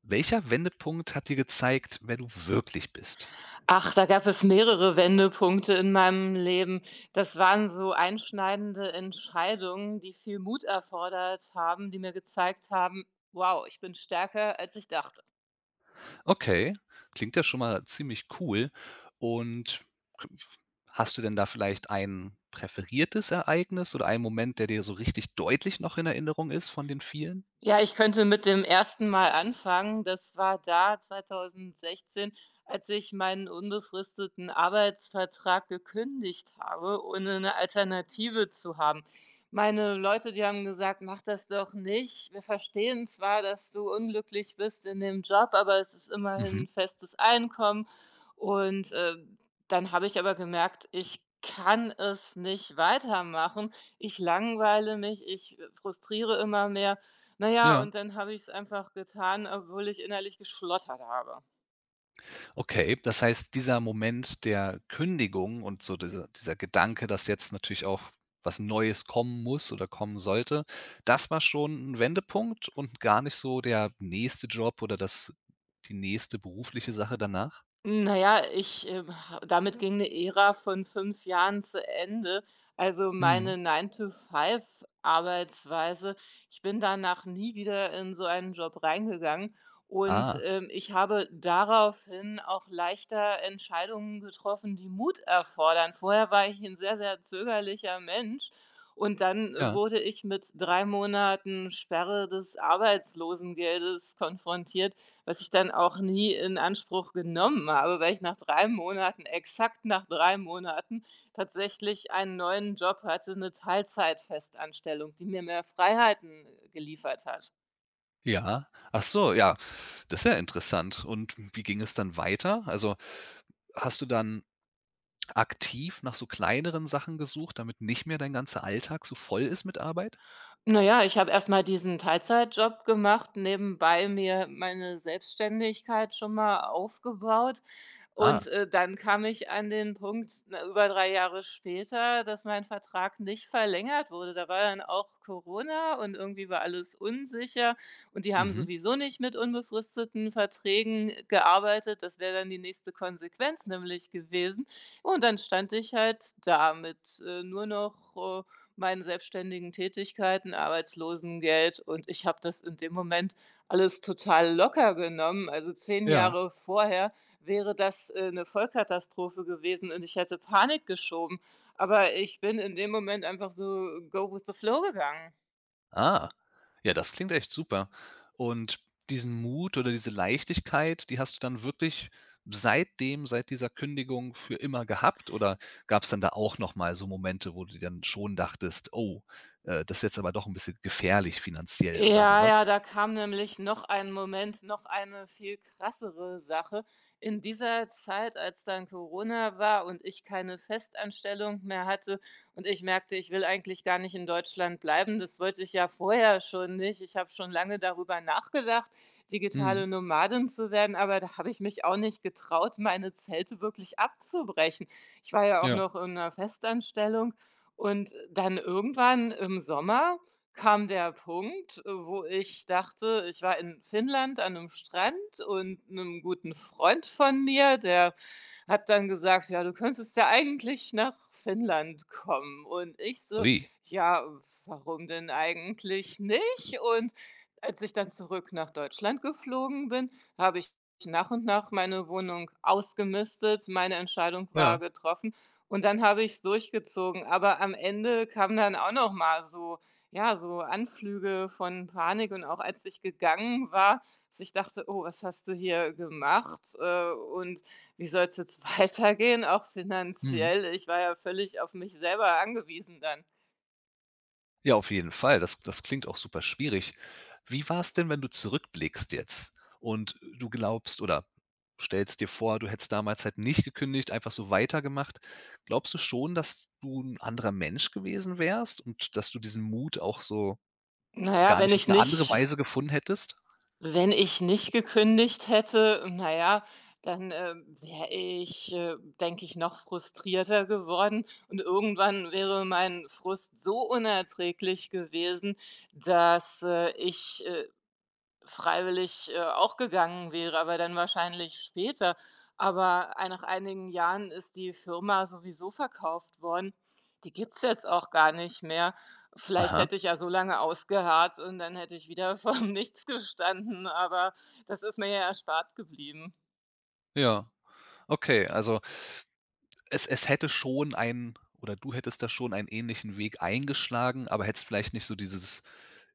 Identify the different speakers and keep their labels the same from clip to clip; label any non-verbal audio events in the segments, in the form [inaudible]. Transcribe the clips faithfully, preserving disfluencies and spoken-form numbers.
Speaker 1: Welcher Wendepunkt hat dir gezeigt, wer du wirklich bist?
Speaker 2: Ach, da gab es mehrere Wendepunkte in meinem Leben. Das waren so einschneidende Entscheidungen, die viel Mut erfordert haben, die mir gezeigt haben: „Wow, ich bin stärker, als ich dachte."
Speaker 1: Okay, klingt ja schon mal ziemlich cool. Und hast du denn da vielleicht ein präferiertes Ereignis oder einen Moment, der dir so richtig deutlich noch in Erinnerung ist von den vielen?
Speaker 2: Ja, ich könnte mit dem ersten Mal anfangen. Das war da zweitausendsechzehn, als ich meinen unbefristeten Arbeitsvertrag gekündigt habe, ohne eine Alternative zu haben. Meine Leute, die haben gesagt: „Mach das doch nicht. Wir verstehen zwar, dass du unglücklich bist in dem Job, aber es ist immerhin
Speaker 1: Mhm.
Speaker 2: ein festes Einkommen." Und, äh, dann habe ich aber gemerkt, ich kann es nicht weitermachen. Ich langweile mich, ich, äh, frustriere immer mehr. Na ja,
Speaker 1: Ja,
Speaker 2: und dann habe ich es einfach getan, obwohl ich innerlich geschlottert habe.
Speaker 1: okay. Das heißt, dieser Moment der Kündigung und so dieser dieser Gedanke, dass jetzt natürlich auch was Neues kommen muss oder kommen sollte, das war schon ein Wendepunkt und gar nicht so der nächste Job oder das die nächste berufliche Sache danach?
Speaker 2: Na ja, ich, ähm, ha damit ging eine Ära von fünf Jahren zu Ende. Also, meine
Speaker 1: Mhm.
Speaker 2: nine to five Arbeitsweise. Ich bin danach nie wieder in so einen Job reingegangen, und,
Speaker 1: Ah,
Speaker 2: ähm, ich habe daraufhin auch leichter Entscheidungen getroffen, die Mut erfordern. Vorher war ich ein sehr, sehr zögerlicher Mensch, und dann
Speaker 1: ja,
Speaker 2: wurde ich mit drei Monaten Sperre des Arbeitslosengeldes konfrontiert, was ich dann auch nie in Anspruch genommen habe, weil ich nach drei Monaten, exakt nach drei Monaten, tatsächlich einen neuen Job hatte, eine Teilzeitfestanstellung, die mir mehr Freiheiten geliefert hat.
Speaker 1: ja. Ach so, ja, das ist ja interessant. Und wie ging es dann weiter? Also, hast du dann aktiv nach so kleineren Sachen gesucht, damit nicht mehr dein ganzer Alltag so voll ist mit Arbeit?
Speaker 2: Na ja, ich habe erst mal diesen Teilzeitjob gemacht, nebenbei mir meine Selbstständigkeit schon mal aufgebaut, und,
Speaker 1: Ah,
Speaker 2: äh, dann kam ich an den Punkt, na, über drei Jahre später, dass mein Vertrag nicht verlängert wurde. Da war dann auch Corona und irgendwie war alles unsicher, und die haben
Speaker 1: mhm.
Speaker 2: sowieso nicht mit unbefristeten Verträgen gearbeitet. Das wäre dann die nächste Konsequenz nämlich gewesen. Und dann stand ich halt da mit, äh, nur noch, äh, meinen selbstständigen Tätigkeiten, Arbeitslosengeld, und ich habe das in dem Moment alles total locker genommen. Also zehn
Speaker 1: Ja.
Speaker 2: Jahre vorher wäre das, äh, 'ne Vollkatastrophe gewesen, und ich hätte Panik geschoben, aber ich bin in dem Moment einfach so go with the flow gegangen.
Speaker 1: Ah. Ja, das klingt echt super. Und diesen Mut oder diese Leichtigkeit, die hast du dann wirklich seitdem seit dieser Kündigung für immer gehabt? Oder gab es dann da auch noch mal so Momente, wo du dir dann schon dachtest: „Oh, äh, das ist jetzt aber doch ein bisschen gefährlich finanziell" oder
Speaker 2: Ja,
Speaker 1: sowas?
Speaker 2: ja,
Speaker 1: Was?
Speaker 2: da kam nämlich noch ein Moment, noch eine viel krassere Sache. In dieser Zeit, als dann Corona war und ich keine Festanstellung mehr hatte und ich merkte, ich will eigentlich gar nicht in Deutschland bleiben, das wollte ich ja vorher schon nicht. Ich habe schon lange darüber nachgedacht,
Speaker 1: Mhm.
Speaker 2: digitale Nomadin zu werden, aber da habe ich mich auch nicht getraut, meine Zelte wirklich abzubrechen. Ich war ja auch
Speaker 1: Ja.
Speaker 2: noch in einer Festanstellung, und dann irgendwann im Sommer kam der Punkt, äh, wo ich dachte, ich war in Finnland an einem Strand und einem guten Freund von mir, der habe dann gesagt: „Ja, du könntest ja eigentlich nach Finnland kommen." Und ich so:
Speaker 1: Ui.
Speaker 2: „Ja, warum denn eigentlich nicht?" Und als ich dann zurück nach Deutschland geflogen bin, habe ich nach und nach meine Wohnung ausgemistet. Meine Entscheidung war
Speaker 1: Ja.
Speaker 2: getroffen, und dann habe ich's durchgezogen. Aber am Ende kamen dann auch noch mal so, ja, so Anflüge von Panik, und auch als ich gegangen war, dass ich dachte: „Oh, was hast du hier gemacht?" Äh, und wie soll es jetzt [laughs] weitergehen, auch
Speaker 1: Mhm.
Speaker 2: finanziell? Ich war ja völlig auf mich selber angewiesen dann.
Speaker 1: Ja, auf jeden Fall. Das das klingt auch super schwierig. Wie war es denn, wenn du zurückblickst jetzt und du glaubst oder stellst dir vor, du hättest damals halt nicht gekündigt, einfach so weitergemacht. Glaubst du schon, dass du ein anderer Mensch gewesen wärst und dass du diesen Mut auch so g
Speaker 2: Naja,
Speaker 1: gar
Speaker 2: wenn
Speaker 1: nicht auf
Speaker 2: ich
Speaker 1: eine andere
Speaker 2: nicht
Speaker 1: Weise gefunden hättest?
Speaker 2: wenn ich nicht gekündigt hätte, naja, dann, ähm, wäre ich, äh, denke ich, noch frustrierter geworden, und irgendwann wäre mein Frust so unerträglich gewesen, dass, äh, ich, äh, freiwillig, äh, auch gegangen wäre, aber dann wahrscheinlich später. Aber ei nach einigen Jahren ist die Firma sowieso verkauft worden. Die gibt's jetzt auch gar nicht mehr. Vielleicht
Speaker 1: Aha,
Speaker 2: hätte ich ja so lange ausgeharrt, und dann hätte ich wieder vorm [laughs] Nichts gestanden, aber das ist mir ja erspart geblieben.
Speaker 1: ja. Okay, also Es es hätte schon ein, oder du hättest da schon einen ähnlichen Weg eingeschlagen, aber hättest vielleicht nicht so dieses,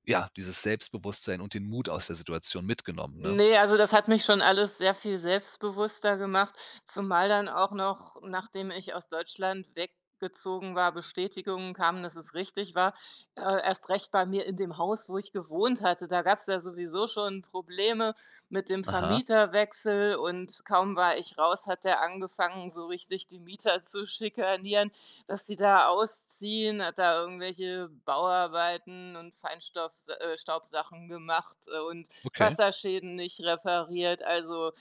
Speaker 1: ja, dieses Selbstbewusstsein und den Mut aus der Situation mitgenommen, ne?
Speaker 2: Ne, also das hat mich schon alles sehr viel selbstbewusster gemacht, zumal dann auch noch, nachdem ich aus Deutschland weggezogen war, Bestätigungen kamen, dass es richtig war. Äh, erst recht bei mir in dem Haus, wo ich gewohnt hatte. Da gab's ja sowieso schon Probleme mit dem
Speaker 1: Aha,
Speaker 2: Vermieterwechsel, und kaum war ich raus, hat der angefangen, so richtig die Mieter zu schikanieren, dass sie da ausziehen, hat da irgendwelche Bauarbeiten und Feinstaubs äh, gemacht, äh, und
Speaker 1: okay.
Speaker 2: Wasserschäden nicht repariert. Also,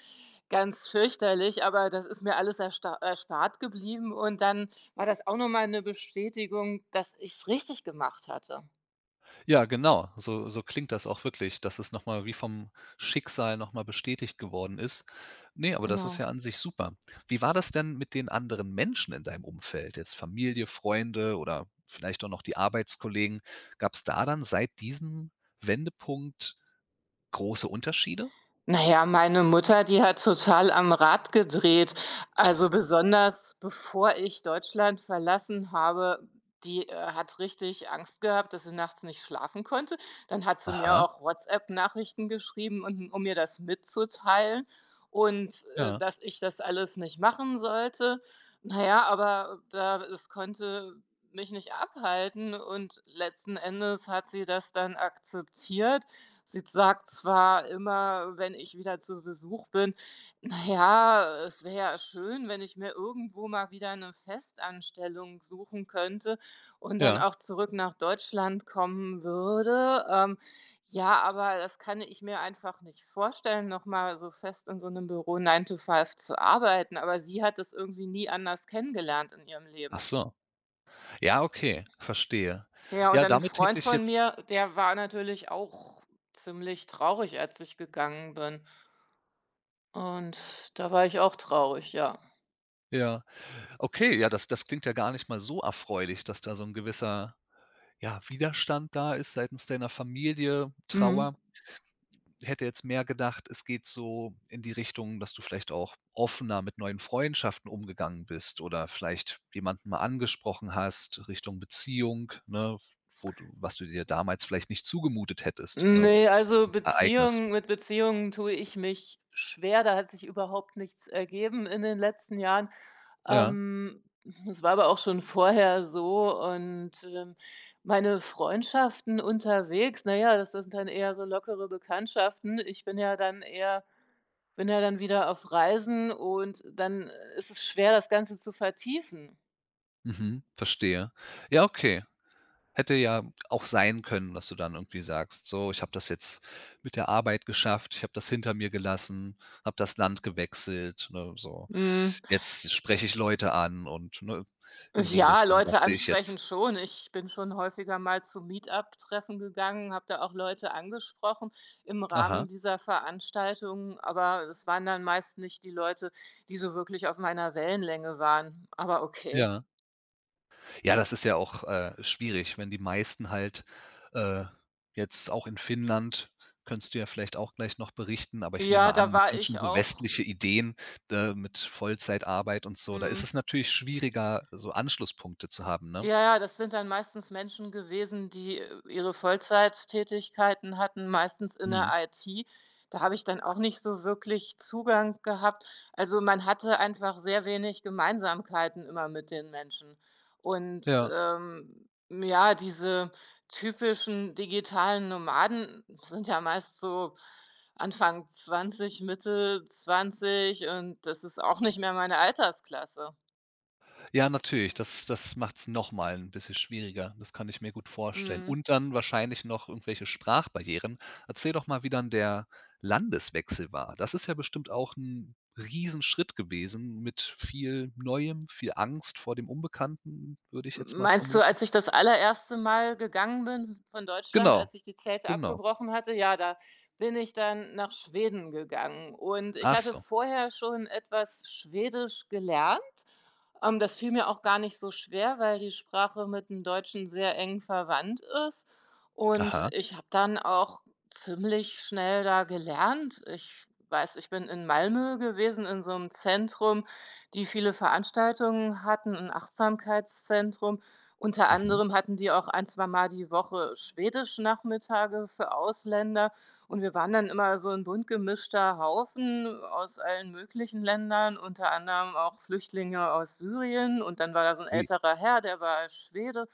Speaker 2: ganz fürchterlich, aber das ist mir alles ersta erspart geblieben, und dann war das auch noch mal 'ne Bestätigung, dass ich's richtig gemacht hatte.
Speaker 1: Ja, genau, so so klingt das auch wirklich, dass es noch mal wie vom Schicksal noch mal bestätigt geworden ist. Ne, aber das ist
Speaker 2: Genau.
Speaker 1: ja an sich super. Wie war das denn mit den anderen Menschen in deinem Umfeld, jetzt Familie, Freunde oder vielleicht auch noch die Arbeitskollegen? Gab es da dann seit diesem Wendepunkt große Unterschiede?
Speaker 2: Naja, meine Mutter, die hat total am Rad gedreht. Also besonders bevor ich Deutschland verlassen habe, die, äh, hat richtig Angst gehabt, dass sie nachts nicht schlafen konnte. Dann hat sie mir
Speaker 1: Aha,
Speaker 2: auch WhatsApp-Nachrichten geschrieben, und um mir das mitzuteilen, und, äh,
Speaker 1: ja,
Speaker 2: dass ich das alles nicht machen sollte. Na ja, aber da das konnte mich nicht abhalten, und letzten Endes hat sie das dann akzeptiert. Sie sagt zwar immer, wenn ich wieder zu Besuch bin: „Na ja, es wäre ja schön, wenn ich mir irgendwo mal wieder eine Festanstellung suchen könnte und dann
Speaker 1: ja.
Speaker 2: auch zurück nach Deutschland kommen würde." Ähm, ja, aber das kann ich mir einfach nicht vorstellen, nochmal so fest in so einem Büro Nine to Five zu arbeiten, aber sie hat es irgendwie nie anders kennengelernt in ihrem
Speaker 1: Ach
Speaker 2: Leben.
Speaker 1: so. Ja, okay, verstehe.
Speaker 2: Ja, und
Speaker 1: Ja,
Speaker 2: dann 'n
Speaker 1: damit
Speaker 2: Freund
Speaker 1: hätte ich
Speaker 2: von
Speaker 1: jetzt,
Speaker 2: mir, der war natürlich auch ziemlich traurig, als ich gegangen bin. Und da war ich auch traurig, ja.
Speaker 1: ja, okay, ja, das das klingt ja gar nicht mal so erfreulich, dass da so 'n gewisser, ja, Widerstand da ist seitens deiner Familie,
Speaker 2: Mhm.
Speaker 1: Trauer. Hätte jetzt mehr gedacht, es geht so in die Richtung, dass du vielleicht auch offener mit neuen Freundschaften umgegangen bist oder vielleicht jemanden mal angesprochen hast Richtung Beziehung, ne, wo du was du dir damals vielleicht nicht zugemutet hättest, ne,
Speaker 2: Ne,
Speaker 1: vor
Speaker 2: also
Speaker 1: diesem Ereignis.
Speaker 2: Beziehungen, mit Beziehungen tue ich mich schwer. Da hat sich überhaupt nichts ergeben in den letzten Jahren.
Speaker 1: Ja.
Speaker 2: Ähm, es war aber auch schon vorher so, und, ähm, meine Freundschaften unterwegs, na ja, das sind dann eher so lockere Bekanntschaften. Ich bin ja dann eher bin ja dann wieder auf Reisen, und dann ist es schwer, das Ganze zu vertiefen.
Speaker 1: Mhm, verstehe. Ja, okay. Hätte ja auch sein können, dass du dann irgendwie sagst: „So, ich habe das jetzt mit der Arbeit geschafft, ich habe das hinter mir gelassen, habe das Land gewechselt", ne, so.
Speaker 2: Mhm.
Speaker 1: „Jetzt spreche ich Leute an" und, ne, in die
Speaker 2: Ja,
Speaker 1: Richtung
Speaker 2: Leute
Speaker 1: dachte ich
Speaker 2: ansprechen
Speaker 1: jetzt.
Speaker 2: schon. Ich bin schon häufiger mal zu meetup treffen gegangen, habe da auch Leute angesprochen im Rahmen
Speaker 1: Aha,
Speaker 2: dieser Veranstaltungen, aber es waren dann meist nicht die Leute, die so wirklich auf meiner Wellenlänge waren. Aber okay.
Speaker 1: ja. Ja, das ist ja auch, äh, schwierig, wenn die meisten halt, äh, jetzt auch in Finnland könntest du ja vielleicht auch gleich noch berichten, aber ich
Speaker 2: Ja,
Speaker 1: nehme an,
Speaker 2: da
Speaker 1: das
Speaker 2: war
Speaker 1: sind
Speaker 2: ich
Speaker 1: schon so
Speaker 2: auch.
Speaker 1: westliche Ideen, äh, mit Vollzeitarbeit und so. Da ist
Speaker 2: Mhm.
Speaker 1: es natürlich schwieriger, so Anschlusspunkte zu haben, ne?
Speaker 2: Ja, ja, das sind dann meistens Menschen gewesen, die, äh, ihre Vollzeittätigkeiten hatten, meistens in der
Speaker 1: Mhm.
Speaker 2: I T. Da habe ich dann auch nicht so wirklich Zugang gehabt. Also, man hatte einfach sehr wenig Gemeinsamkeiten immer mit den Menschen. Und,
Speaker 1: Ja.
Speaker 2: ähm, ja, diese typischen digitalen Nomaden sind ja meist so Anfang zwanzig, Mitte zwanzig, und das ist auch nicht mehr meine Altersklasse.
Speaker 1: Ja, natürlich, das das macht's noch mal ein bisschen schwieriger. Das kann ich mir gut vorstellen.
Speaker 2: Mhm.
Speaker 1: Und dann wahrscheinlich noch irgendwelche Sprachbarrieren. Erzähl doch mal, wie dann der Landeswechsel war. Das ist ja bestimmt auch 'n Riesenschritt gewesen mit viel Neuem, viel Angst vor dem Unbekannten, würde ich jetzt mal
Speaker 2: Meinst du,
Speaker 1: vermuten.
Speaker 2: als ich das allererste Mal gegangen bin von Deutschland, als
Speaker 1: Genau,
Speaker 2: ich die Zelte
Speaker 1: genau.
Speaker 2: abgebrochen hatte? Ja, da bin ich dann nach Schweden gegangen, und ich
Speaker 1: Ach
Speaker 2: hatte
Speaker 1: so.
Speaker 2: vorher schon etwas Schwedisch gelernt. Ähm, das fiel mir auch gar nicht so schwer, weil die Sprache mit dem Deutschen sehr eng verwandt ist. Und
Speaker 1: Aha.
Speaker 2: ich habe dann auch ziemlich schnell da gelernt. Ich weiß, ich bin in Malmö gewesen, in so einem Zentrum, die viele Veranstaltungen hatten, ein Achtsamkeitszentrum. Unter
Speaker 1: Mhm.
Speaker 2: anderem hatten die auch ein zweimal die Woche Schwedisch-Nachmittage für Ausländer. Und wir waren dann immer so ein bunt gemischter Haufen aus allen möglichen Ländern, unter anderem auch Flüchtlinge aus Syrien. Und dann war da so ein
Speaker 1: Ui,
Speaker 2: älterer Herr, der war Schwede.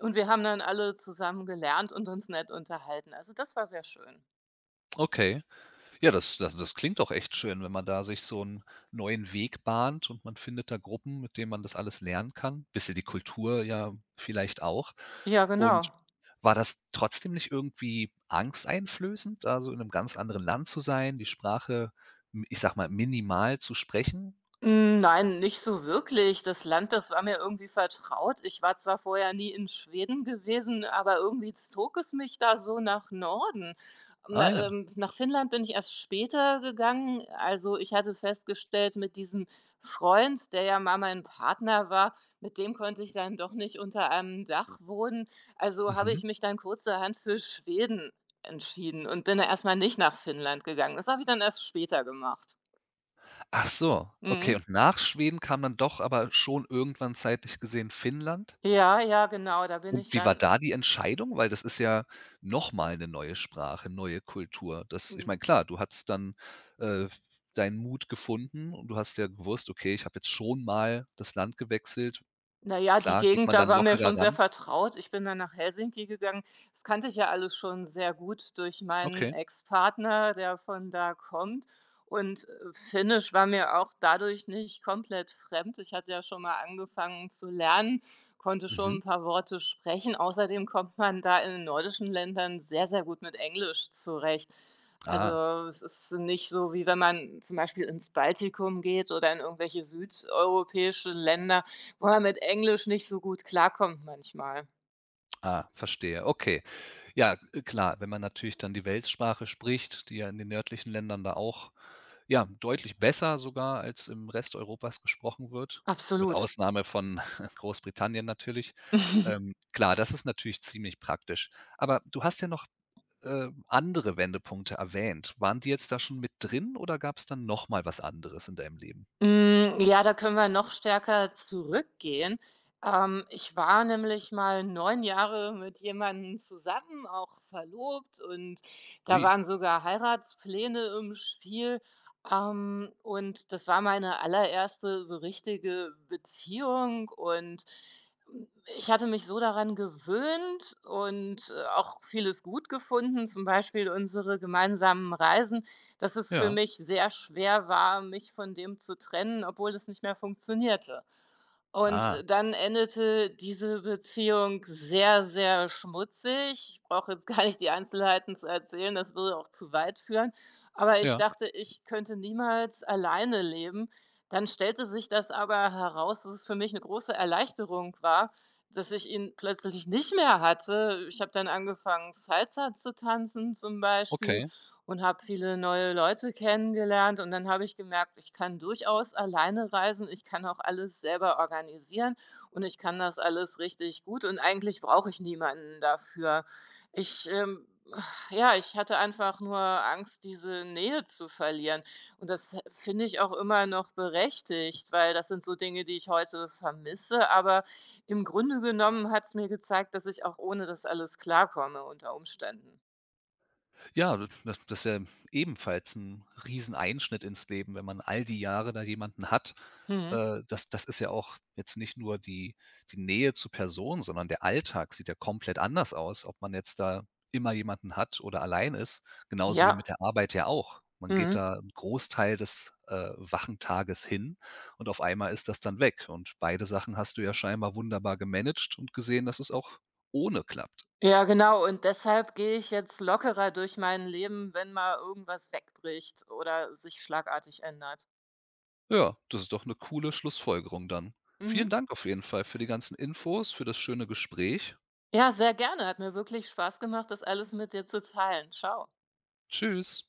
Speaker 2: Und wir haben dann alle zusammen gelernt und uns nett unterhalten. Also, das war sehr schön.
Speaker 1: okay. Ja, das das das klingt doch echt schön, wenn man da sich so einen neuen Weg bahnt und man findet da Gruppen, mit denen man das alles lernen kann. Bisschen die Kultur ja vielleicht auch.
Speaker 2: Ja,
Speaker 1: Und
Speaker 2: genau.
Speaker 1: war das trotzdem nicht irgendwie angsteinflößend, da so in einem ganz anderen Land zu sein, die Sprache, m ich sag mal, minimal zu sprechen?
Speaker 2: Hm, nein, nicht so wirklich. Das Land, das war mir irgendwie vertraut. Ich war zwar vorher nie in Schweden gewesen, aber irgendwie zog es mich da so nach Norden. Ähm,
Speaker 1: Ah
Speaker 2: Na,
Speaker 1: ja.
Speaker 2: ähm, nach Finnland bin ich erst später gegangen. Also, ich hatte festgestellt, mit diesem Freund, der ja mal mein Partner war, mit dem konnte ich dann doch nicht unter einem Dach wohnen. Also, habe ich
Speaker 1: Mhm.
Speaker 2: mich dann kurzerhand für Schweden entschieden und bin erstmal nicht nach Finnland gegangen. Das habe ich dann erst später gemacht.
Speaker 1: Ach so,
Speaker 2: Mhm.
Speaker 1: okay. Und nach Schweden kam dann doch aber schon irgendwann zeitlich gesehen Finnland?
Speaker 2: Ja, ja, genau, da bin ich
Speaker 1: Und wie war
Speaker 2: dann,
Speaker 1: da die Entscheidung? Weil das ist ja nochmal mal 'ne neue Sprache, neue Kultur. Das ich
Speaker 2: hm,
Speaker 1: meine, klar, du hattest dann, äh, deinen Mut gefunden und du hast ja gewusst: „Okay, ich habe jetzt schon mal das Land gewechselt."
Speaker 2: Na ja, die
Speaker 1: Klar, geht
Speaker 2: Gegend,
Speaker 1: man
Speaker 2: da
Speaker 1: dann
Speaker 2: war mir schon
Speaker 1: lockerer
Speaker 2: sehr
Speaker 1: ran.
Speaker 2: vertraut. Ich bin dann nach Helsinki gegangen. Das kannte ich ja alles schon sehr gut durch meinen
Speaker 1: Okay.
Speaker 2: Ex-Partner, der von da kommt. Und, äh, Finnisch war mir auch dadurch nicht komplett fremd. Ich hatte ja schon mal angefangen zu lernen, konnte schon
Speaker 1: Mhm.
Speaker 2: ein paar Worte sprechen. Außerdem kommt man da in den nordischen Ländern sehr, sehr gut mit Englisch zurecht.
Speaker 1: Ah.
Speaker 2: Also, es ist nicht so, wie wenn man zum Beispiel ins Baltikum geht oder in irgendwelche südeuropäische Länder. Wo er mit Englisch nicht so gut klarkommt manchmal.
Speaker 1: Ah, verstehe. Okay. Ja, äh, klar, wenn man natürlich dann die Weltsprache spricht, die ja in den nördlichen Ländern da auch, ja, deutlich besser sogar als im Rest Europas gesprochen wird, mit
Speaker 2: Absolut.
Speaker 1: Ausnahme von [laughs] Großbritannien natürlich.
Speaker 2: [laughs]
Speaker 1: Ähm, klar, das ist natürlich ziemlich praktisch. Aber du hast ja noch, äh, andere Wendepunkte erwähnt. Waren die jetzt da schon mit drin oder gab es dann noch mal was anderes in deinem Leben?
Speaker 2: Hm, ja, da können wir noch stärker zurückgehen. Ähm, ich war nämlich mal neun Jahre mit jemandem zusammen, auch verlobt, und da
Speaker 1: Ui,
Speaker 2: waren sogar Heiratspläne im Spiel. Ähm, und das war meine allererste so richtige Beziehung, und mm, ich hatte mich so daran gewöhnt und, äh, auch vieles gut gefunden, zum Beispiel unsere gemeinsamen Reisen, dass es für
Speaker 1: ja.
Speaker 2: mich sehr schwer war, mich von dem zu trennen, obwohl es nicht mehr funktionierte. Und
Speaker 1: Ah,
Speaker 2: äh, dann endete diese Beziehung sehr, sehr schmutzig. Ich brauche jetzt [laughs] gar nicht die Einzelheiten zu erzählen, das würde auch zu weit führen. Aber ich
Speaker 1: ja,
Speaker 2: dachte, ich könnte niemals alleine leben. Dann stellte sich das aber heraus, dass es für mich eine große Erleichterung war, dass ich ihn plötzlich nicht mehr hatte. Ich habe dann angefangen, Salsa zu tanzen, zum Beispiel,
Speaker 1: okay.
Speaker 2: und habe viele neue Leute kennengelernt, und dann habe ich gemerkt, ich kann durchaus alleine reisen, ich kann auch alles selber organisieren, und ich kann das alles richtig gut, und eigentlich brauche ich niemanden dafür. Ich, ähm, ja, ich hatte einfach nur Angst, diese Nähe zu verlieren, und das finde ich auch immer noch berechtigt, weil das sind so Dinge, die ich heute vermisse, aber im Grunde genommen hat es mir gezeigt, dass ich auch ohne das alles klarkomme unter Umständen.
Speaker 1: Ja, das das das ist ja ebenfalls 'n Rieseneinschnitt ins Leben, wenn man all die Jahre da jemanden hat.
Speaker 2: Mhm.
Speaker 1: Äh, das das ist ja auch jetzt nicht nur die die Nähe zur Person, sondern der Alltag sieht ja komplett anders aus, ob man jetzt da immer jemanden hat oder allein ist, genauso wie
Speaker 2: Ja.
Speaker 1: mit der Arbeit ja auch. Man geht
Speaker 2: Mhm.
Speaker 1: da einen Großteil des, äh, wachen Tages hin und auf einmal ist das dann weg und beide Sachen hast du ja scheinbar wunderbar gemanagt und gesehen, dass es auch ohne klappt.
Speaker 2: Ja, genau. Und deshalb gehe ich jetzt lockerer durch mein Leben, wenn mal irgendwas wegbricht oder sich schlagartig ändert.
Speaker 1: Ja, das ist doch eine coole Schlussfolgerung dann.
Speaker 2: Mhm.
Speaker 1: Vielen Dank auf jeden Fall für die ganzen Infos, für das schöne Gespräch.
Speaker 2: Ja, sehr gerne. Hat mir wirklich Spaß gemacht, das alles mit dir zu teilen. Tschau.
Speaker 1: Tschüss.